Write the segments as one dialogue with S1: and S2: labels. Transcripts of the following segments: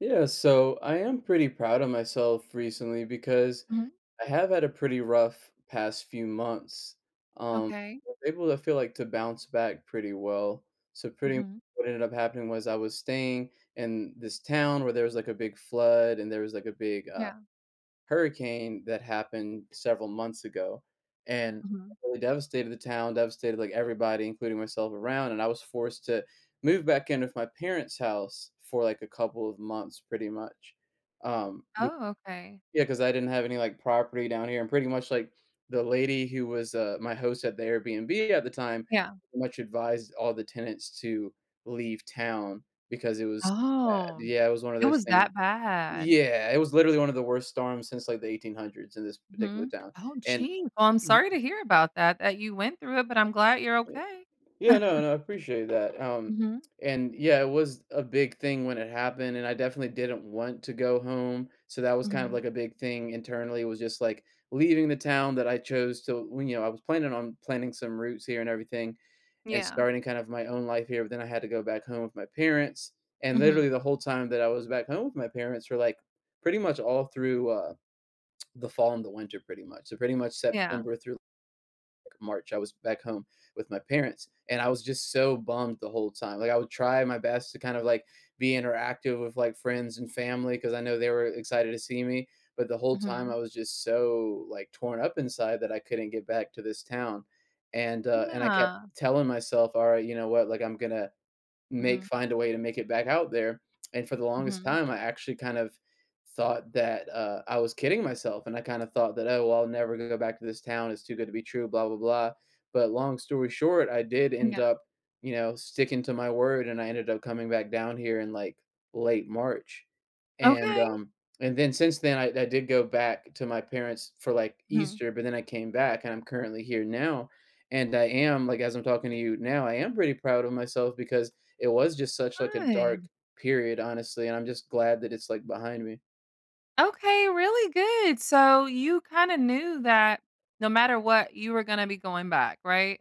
S1: Yeah, so I am pretty proud of myself recently because
S2: Mhm.
S1: I have had a pretty rough past few months. Um,
S2: Okay.
S1: I was able to feel like to bounce back pretty well. So pretty much
S2: Mhm.
S1: what ended up happening was I was staying in this town where there was like a big flood and there was like a big
S2: Yeah.
S1: hurricane that happened several months ago, and
S2: Mhm.
S1: really devastated the town, devastated, like, everybody, including myself around, and I was forced to move back in with my parents' house for, like, a couple of months pretty much. Be
S2: Oh, okay.
S1: yeah, because I didn't have any, like, property down here, and pretty much, like, the lady who was, my host at the Airbnb at the time
S2: Yeah.
S1: pretty much advised all the tenants to leave town because it was bad.
S2: Oh,
S1: Yeah, it was one of
S2: it
S1: those
S2: was
S1: things
S2: that bad.
S1: yeah, it was literally one of the worst storms since, like, the 1800s in this particular
S2: Mhm.
S1: town,
S2: Oh,
S1: and
S2: gee. Well, I'm
S1: y
S2: sorry to hear about that, that you went through it, but I'm glad you're okay.
S1: yeah, no, no, I appreciate that,
S2: Mhm.
S1: and, yeah, it was a big thing when it happened, and I definitely didn't want to go home, so that was kind of,
S2: Mhm.
S1: like, a big thing internally, was just, like, leaving the town that I chose to well, you know, I was planning on planting some roots here and everything, and
S2: Yeah.
S1: starting kind of my own life here, but then I had to go back home with my parents, and
S2: Mhm.
S1: literally the whole time that I was back home with my parents for, like, pretty much all through, the fall and the winter pretty much. So pretty much
S2: Yeah.
S1: September through like March, I was back home with my parents, and I was just so bummed the whole time. Like I would try my best to kind of like be interactive with like friends and family because I know they were excited to see me, but the whole time I
S2: Mhm.
S1: was just so like torn up inside that I couldn't get back to this town, and I kept
S2: Yeah.
S1: telling myself, all right, you know what, like I'm gonna make
S2: Mhm.
S1: find a way to make it back out there, and for the longest
S2: Mhm.
S1: time, I actually kind of thought that, I was kidding myself, and I kinda thought that, "Oh, well, I'll never go back to this town, it's too good to be true, blah, blah, blah," but long story short, I did end
S2: Yeah.
S1: up, you know, sticking to my word, and I ended up coming back down here in, like, late March, and,
S2: Okay.
S1: um and then since then, I did go back to my parents for, like,
S2: Mhm.
S1: Easter, but then I came back, and I'm currently here now, and I am like, as I'm talking to you now, I am pretty proud of myself because it was just such like a dark
S2: Good.
S1: period, honestly, and I'm just glad that it's like behind me.
S2: Okay, really good. So you kinda knew that no matter what, you were gonna be going back, right?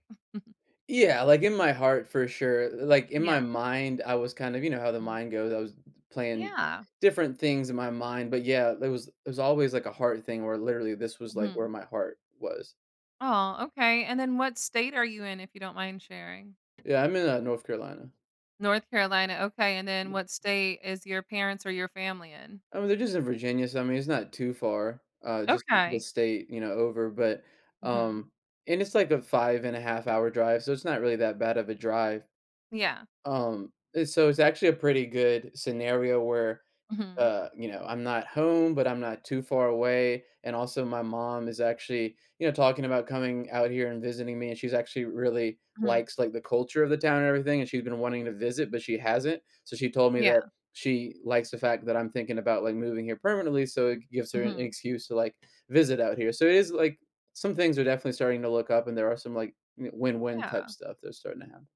S1: Yeah, like in my heart for sure. Like in my
S2: Yeah.
S1: mind, I was kind of, you know how the
S2: Mhm.
S1: mind goes. I was playing
S2: Yeah.
S1: different things in my mind, but yeah, there was always like a heart thing where literally this was like
S2: Mhm.
S1: where my heart was.
S2: Oh, okay. And then what state are you in, if you don't mind sharing?
S1: Yeah, I'm in North Carolina.
S2: North Carolina. Okay. And then what state is your parents or your family in?
S1: I mean, they're just in Virginia, so I mean, it's not too far. Just the
S2: Okay.
S1: state, you know, over. But
S2: Mhm.
S1: um, and it's like a five and a half hour drive, so it's not really that bad of a drive.
S2: Yeah.
S1: And so it's actually a pretty good scenario where,
S2: Mhm.
S1: you know, I'm not home, but I'm not too far away. And also, my mom is actually, you know, talking about coming out here and visiting me. And she's actually really
S2: Mhm.
S1: likes like the culture of the town and everything. And she's been wanting to visit, but she hasn't. So she told me
S2: Yeah.
S1: that she likes the fact that I'm thinking about like moving here permanently. So it gives her an
S2: Mhm.
S1: excuse to like visit out here. So it is like some things are definitely starting to look up, and there are some like win win type
S2: Yeah.
S1: stuff that's starting to happen.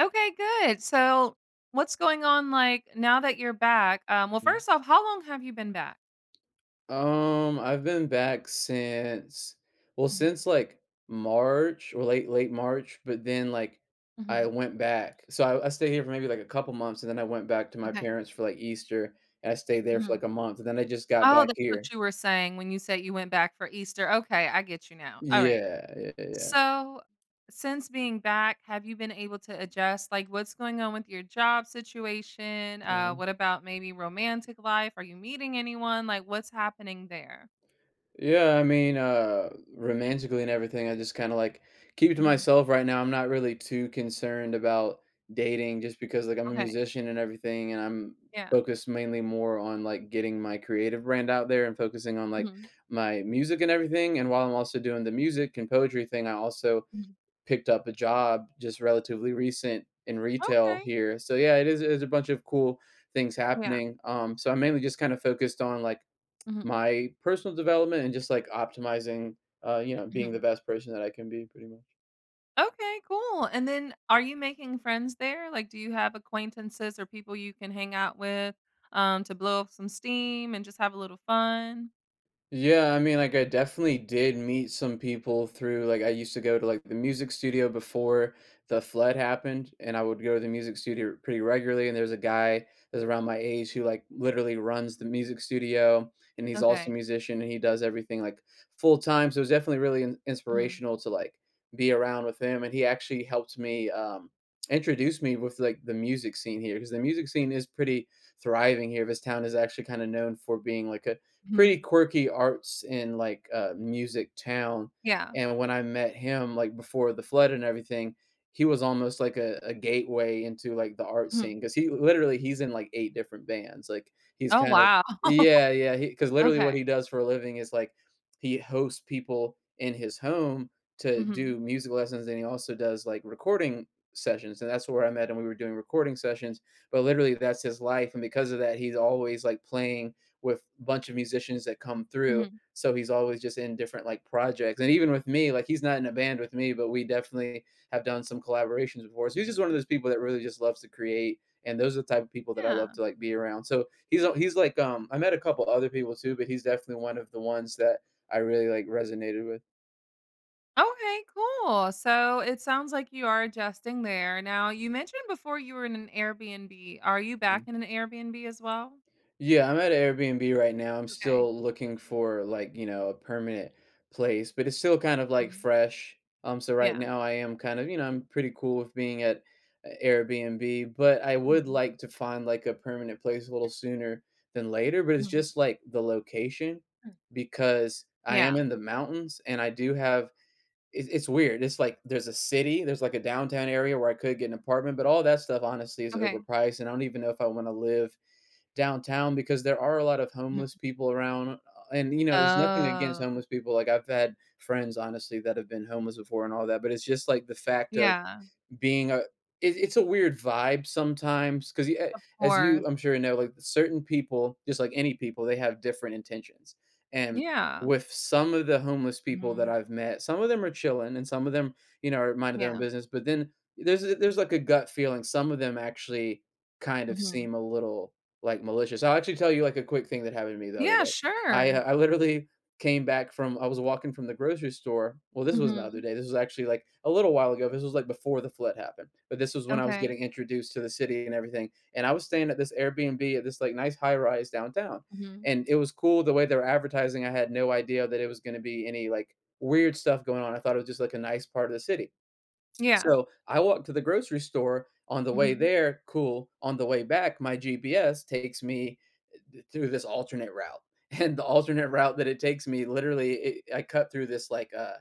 S2: Okay, good. So, what's going on, like, now that you're back? Well, first off, how long have you been back?
S1: I've been back since well,
S2: Mhm.
S1: since like March or late March, but then like I
S2: Mhm.
S1: went back. So I stayed here for maybe like a couple months and then I went back to my
S2: Okay.
S1: parents for like Easter and I stayed there for like
S2: Mhm.
S1: a month and then I just got
S2: Oh,
S1: back
S2: that's
S1: here.
S2: what you were saying when you said you went back for Easter. Okay, I get you now. All right.
S1: Yeah, yeah, yeah, yeah.
S2: So, since being back, have you been able to adjust? Like, what's going on with your job situation?
S1: Mhm.
S2: What about maybe romantic life? Are you meeting anyone? Like, what's happening there?
S1: Yeah, I mean, romantically and everything, I just kind of like keep it to
S2: Mhm.
S1: myself right now. I'm not really too concerned about dating just because like I'm a
S2: Okay.
S1: musician and everything, and I'm
S2: Yeah.
S1: focused mainly more on like getting my creative brand out there and focusing on like
S2: Mhm,
S1: my music and everything. And while I'm also doing the music and poetry thing, I also
S2: mhm.
S1: picked up a job just relatively recent in retail
S2: Okay.
S1: here. So yeah, it is a bunch of cool things
S2: Yeah.
S1: happening. So I'm mainly just kind of focused on like
S2: Mhm,
S1: my personal development and just like optimizing, you know, being the
S2: mhm.
S1: best person that I can be pretty much.
S2: Okay, cool. And then are you making friends there? Like, do you have acquaintances or people you can hang out with to blow off some steam and just have a little fun?
S1: Yeah, I mean, like, I definitely did meet some people through, like, I used to go to, like, the music studio before the flood happened, and I would go to the music studio pretty regularly. And there's a guy that's around my age who, like, literally runs the music studio, and he's also a
S2: Okay.
S1: musician and he does everything, like, full time. So it's definitely really
S2: Mhm,
S1: inspirational to, like, be around with him. And he actually helped me, introduce me with, like, the music scene here because the music scene is pretty thriving here. This town is actually kind of known for being, like, a pretty
S2: mhm,
S1: quirky arts and like music town.
S2: yeah.
S1: And when I met him, like before the flood and everything, he was almost like a gateway into like the art
S2: Mhm.
S1: scene because he literally he's in like eight different bands. Like he's
S2: Oh,
S1: kind of
S2: wow.
S1: yeah yeah because literally
S2: Okay.
S1: what he does for a living is like he hosts people in his home to do
S2: Mhm.
S1: music lessons and he also does like recording sessions and that's where I met him. We were doing recording sessions, but literally that's his life. And because of that, he's always like playing with a bunch of musicians that come through.
S2: Mhm.
S1: So he's always just in different like projects. And even with me, like he's not in a band with me, but we definitely have done some collaborations before. So he's just one of those people that really just loves to create. And those are the type of people that I love
S2: Yeah.
S1: to like be around. So he's I met a couple other people too, but he's definitely one of the ones that I really like resonated with.
S2: Okay, cool. So it sounds like you are adjusting there. Now, you mentioned before you were in an Airbnb. Are you back in an Airbnb as well?
S1: Yeah, I'm at an Airbnb right now. I'm
S2: Okay.
S1: still looking for like, you know, a permanent place, but it's still kind of like
S2: Mhm.
S1: fresh. So right
S2: Yeah.
S1: now I am kind of, you know, I'm pretty cool with being at a Airbnb, but I would
S2: Mhm.
S1: like to find like a permanent place a little sooner than later, but it's
S2: Mhm.
S1: just like the location
S2: Mm.
S1: because I am
S2: Yeah.
S1: in the mountains and I do have it's weird. It's like there's a city, there's like a downtown area where I could get an apartment, but all that stuff honestly is
S2: Okay.
S1: overpriced and I don't even know if I want to live downtown because there are a lot of
S2: Mhm.
S1: homeless people around, and, you know, it's nothing against
S2: Oh,
S1: homeless people, like, I've had friends, honestly, that have been homeless before and all that, but it's just, like, the fact of
S2: yeah.
S1: being a it, it's a weird vibe sometimes because
S2: Of
S1: as you
S2: course.
S1: I'm sure you know like certain people just like any people they have different intentions and
S2: Yeah.
S1: with some of the homeless people that
S2: Mhm.
S1: I've met some of them are chilling and some of them you know are minding their own
S2: Yeah.
S1: business but then there's like a gut feeling some of them actually kind of
S2: Mhm.
S1: seem a little like malicious. I'll actually tell you like a quick thing that happened to me the other
S2: Yeah,
S1: day.
S2: sure.
S1: I literally came back from I was walking from the grocery store. Well, this wasn't the other
S2: Mhm.
S1: day. This was actually like a little while ago. This was like before the flood happened. But this was when I was getting
S2: Okay.
S1: introduced to the city and everything. And I was staying at this Airbnb at this like nice high rise downtown.
S2: Mhm.
S1: And it was cool the way they were advertising. I had no idea that it was going to be any like weird stuff going on. I thought it was just like a nice part of the city.
S2: Yeah.
S1: So I walked to the grocery store on the way
S2: Mhm.
S1: there, cool. On the way back, my GPS takes me through this alternate route. And the alternate route that it takes me, literally, it, I cut through this like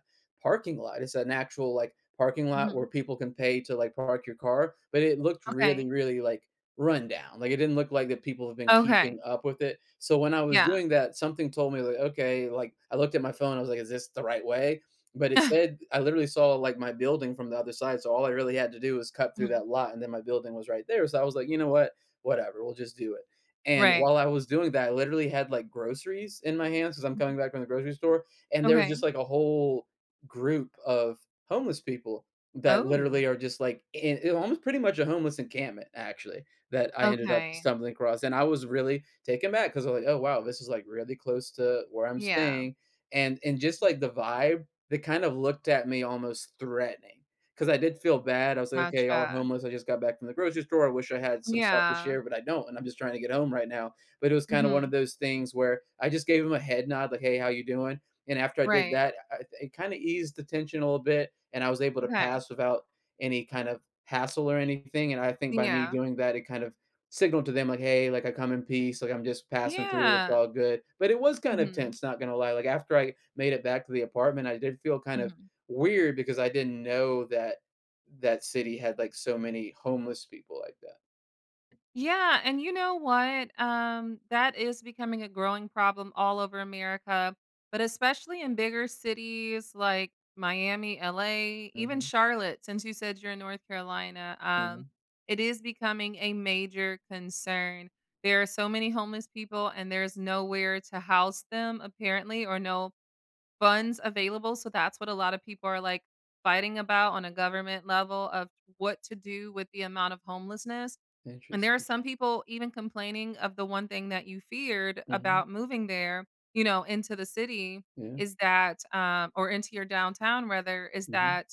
S1: parking lot. It's an actual like parking lot
S2: Mhm.
S1: where people can pay to like park your car, but it looked really,
S2: Okay.
S1: really like run down. Like it didn't look like that people have been keeping
S2: Okay.
S1: up with it. So when I was
S2: Yeah.
S1: doing that, something told me like, okay, like I looked at my phone, I was like, is this the right way? But it said I literally saw like my building from the other side. So all I really had to do was cut through
S2: Mhm.
S1: that lot and then my building was right there. So I was like, you know what? Whatever, we'll just do it. And
S2: Right.
S1: while I was doing that, I literally had, like, groceries in my hands because 'cause I'm coming back from the grocery store, and there was
S2: Okay.
S1: just, like, a whole group of homeless people that
S2: Oh,
S1: literally are just, like, in it almost pretty much a homeless encampment, actually, that I ended up
S2: okay.
S1: stumbling across, and I was really taken back because I was like, "Oh, wow, this is, like, really close to where I'm
S2: Yeah.
S1: staying," and just,
S2: Mhm.
S1: like, the vibe, they kind of looked at me almost threatening. 'Cause I did feel bad. I was like, "Okay, y'all are
S2: Gotcha.
S1: homeless. I just got back from the grocery store. I wish I had some stuff to
S2: Yeah.
S1: share, but I don't, and I'm just trying to get home right now." But it was kinda one of
S2: Mhm.
S1: those things where I just gave him a head nod, like, "Hey, how you doing?" And after I did
S2: Right.
S1: that, I it kinda eased the tension a little bit, and I was able to
S2: Okay.
S1: pass without any kind of hassle or anything, and I think by me
S2: Yeah.
S1: doing that, it kind of signaled to them like, "Hey, like, I come in peace, like, I'm just passing through, it's
S2: Yeah.
S1: all good." But it was kind of
S2: Mhm.
S1: tense, not gonna lie. Like, after I made it back to the apartment, I did feel kind of
S2: Mhm.
S1: weird because I didn't know that that city had like so many homeless people like that.
S2: Yeah, and you know what? That is becoming a growing problem all over America, but especially in bigger cities like Miami, LA, even
S1: Mhm,
S2: Charlotte, since you said you're in North Carolina.
S1: mhm,
S2: It is becoming a major concern. There are so many homeless people, and there's nowhere to house them, apparently, or no funds available. So that's what a lot of people are like fighting about on a government level of what to do with the amount of homelessness, and there are
S1: interesting.
S2: some people even complaining of the one thing that you feared
S1: Mhm,
S2: about moving there, you know, into the city,
S1: yeah,
S2: is that, or into your downtown rather, is
S1: mhm.
S2: that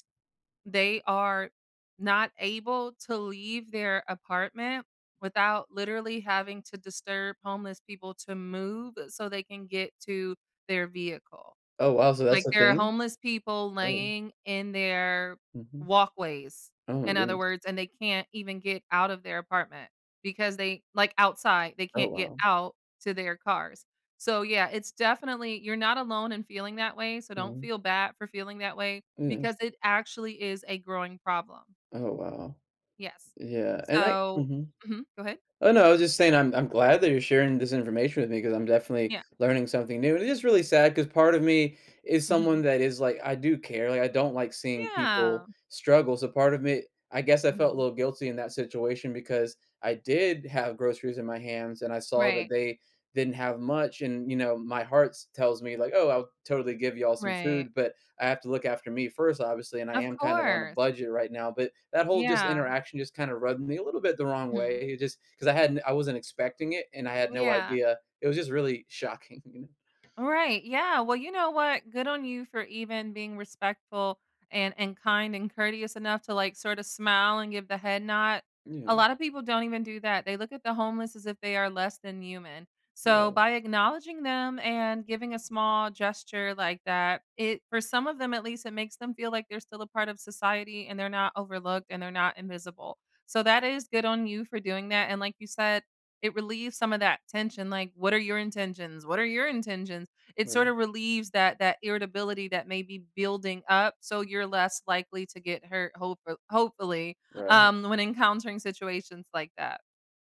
S2: they are not able to leave their apartment without literally having to disturb homeless people to move so they can get to their vehicle.
S1: Oh, wow, so that's
S2: Like,
S1: a
S2: there are
S1: thing?
S2: homeless people
S1: Oh,
S2: laying in their
S1: mhm.
S2: walkways,
S1: Oh my
S2: in other
S1: goodness.
S2: words, and they can't even get out of their apartment because they like, outside, they
S1: Oh,
S2: can't get
S1: wow.
S2: out to their cars. So, yeah, it's definitely you're not alone in feeling that way, so don't
S1: Mhm,
S2: feel bad for feeling that way
S1: yeah.
S2: because it actually is a growing problem.
S1: Oh, wow.
S2: Yes.
S1: Yeah, and I
S2: So
S1: mhm.
S2: mhm, go ahead.
S1: Oh, no, I was just saying I'm glad that you're sharing this information with me because 'cause I'm definitely
S2: Yeah.
S1: learning something new, and it's just really sad because part of me is someone
S2: Mhm.
S1: that is, like I do care, like, I don't like seeing people
S2: Yeah.
S1: struggle, so part of me I guess I felt a
S2: Mhm.
S1: little guilty in that situation because I did have groceries in my hands, and I saw that
S2: Right.
S1: they didn't have much, and, you know, my hearts tells me, like, "Oh, I'll totally give y'all some
S2: Right.
S1: food," but I have to look after me first, obviously, and I
S2: Of
S1: am kind of on a
S2: course.
S1: budget right now. But that whole just
S2: Yeah.
S1: interaction just kind of rubbed me a little bit the wrong
S2: Mhm.
S1: way. It just because I hadn't, I wasn't expecting it, and I had no
S2: Yeah.
S1: idea. It was just really shocking,
S2: All right. Yeah. Well, you know what? Good on you for even being respectful and kind and courteous enough to like sort of smile and give the head nod.
S1: you
S2: A
S1: know.
S2: lot of people don't even do that. They look at the homeless as if they are less than human. So
S1: Yeah,
S2: by acknowledging them and giving a small gesture like that, it for some of them at least it makes them feel like they're still a part of society and they're not overlooked and they're not invisible. So that is good on you for doing that, and like you said, it relieves some of that tension like what are your intentions? What are your intentions? It sort
S1: right,
S2: of relieves that irritability that may be building up so you're less likely to get hurt hope hopefully
S1: right,
S2: when encountering situations like that.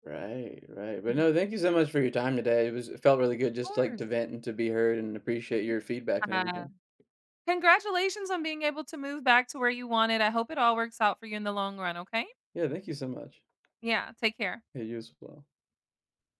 S1: right, right, right. But
S2: Mhm. Of
S1: no, thank you so much for your time today. It felt really good just like to
S2: course.
S1: vent and to be heard and appreciate your feedback and
S2: Uh,
S1: everything.
S2: Congratulations on being able to move back to where you wanted. I hope it all works out for you in the long run, okay?
S1: Yeah, thank you so much.
S2: Yeah, take care.
S1: Yeah, you as well.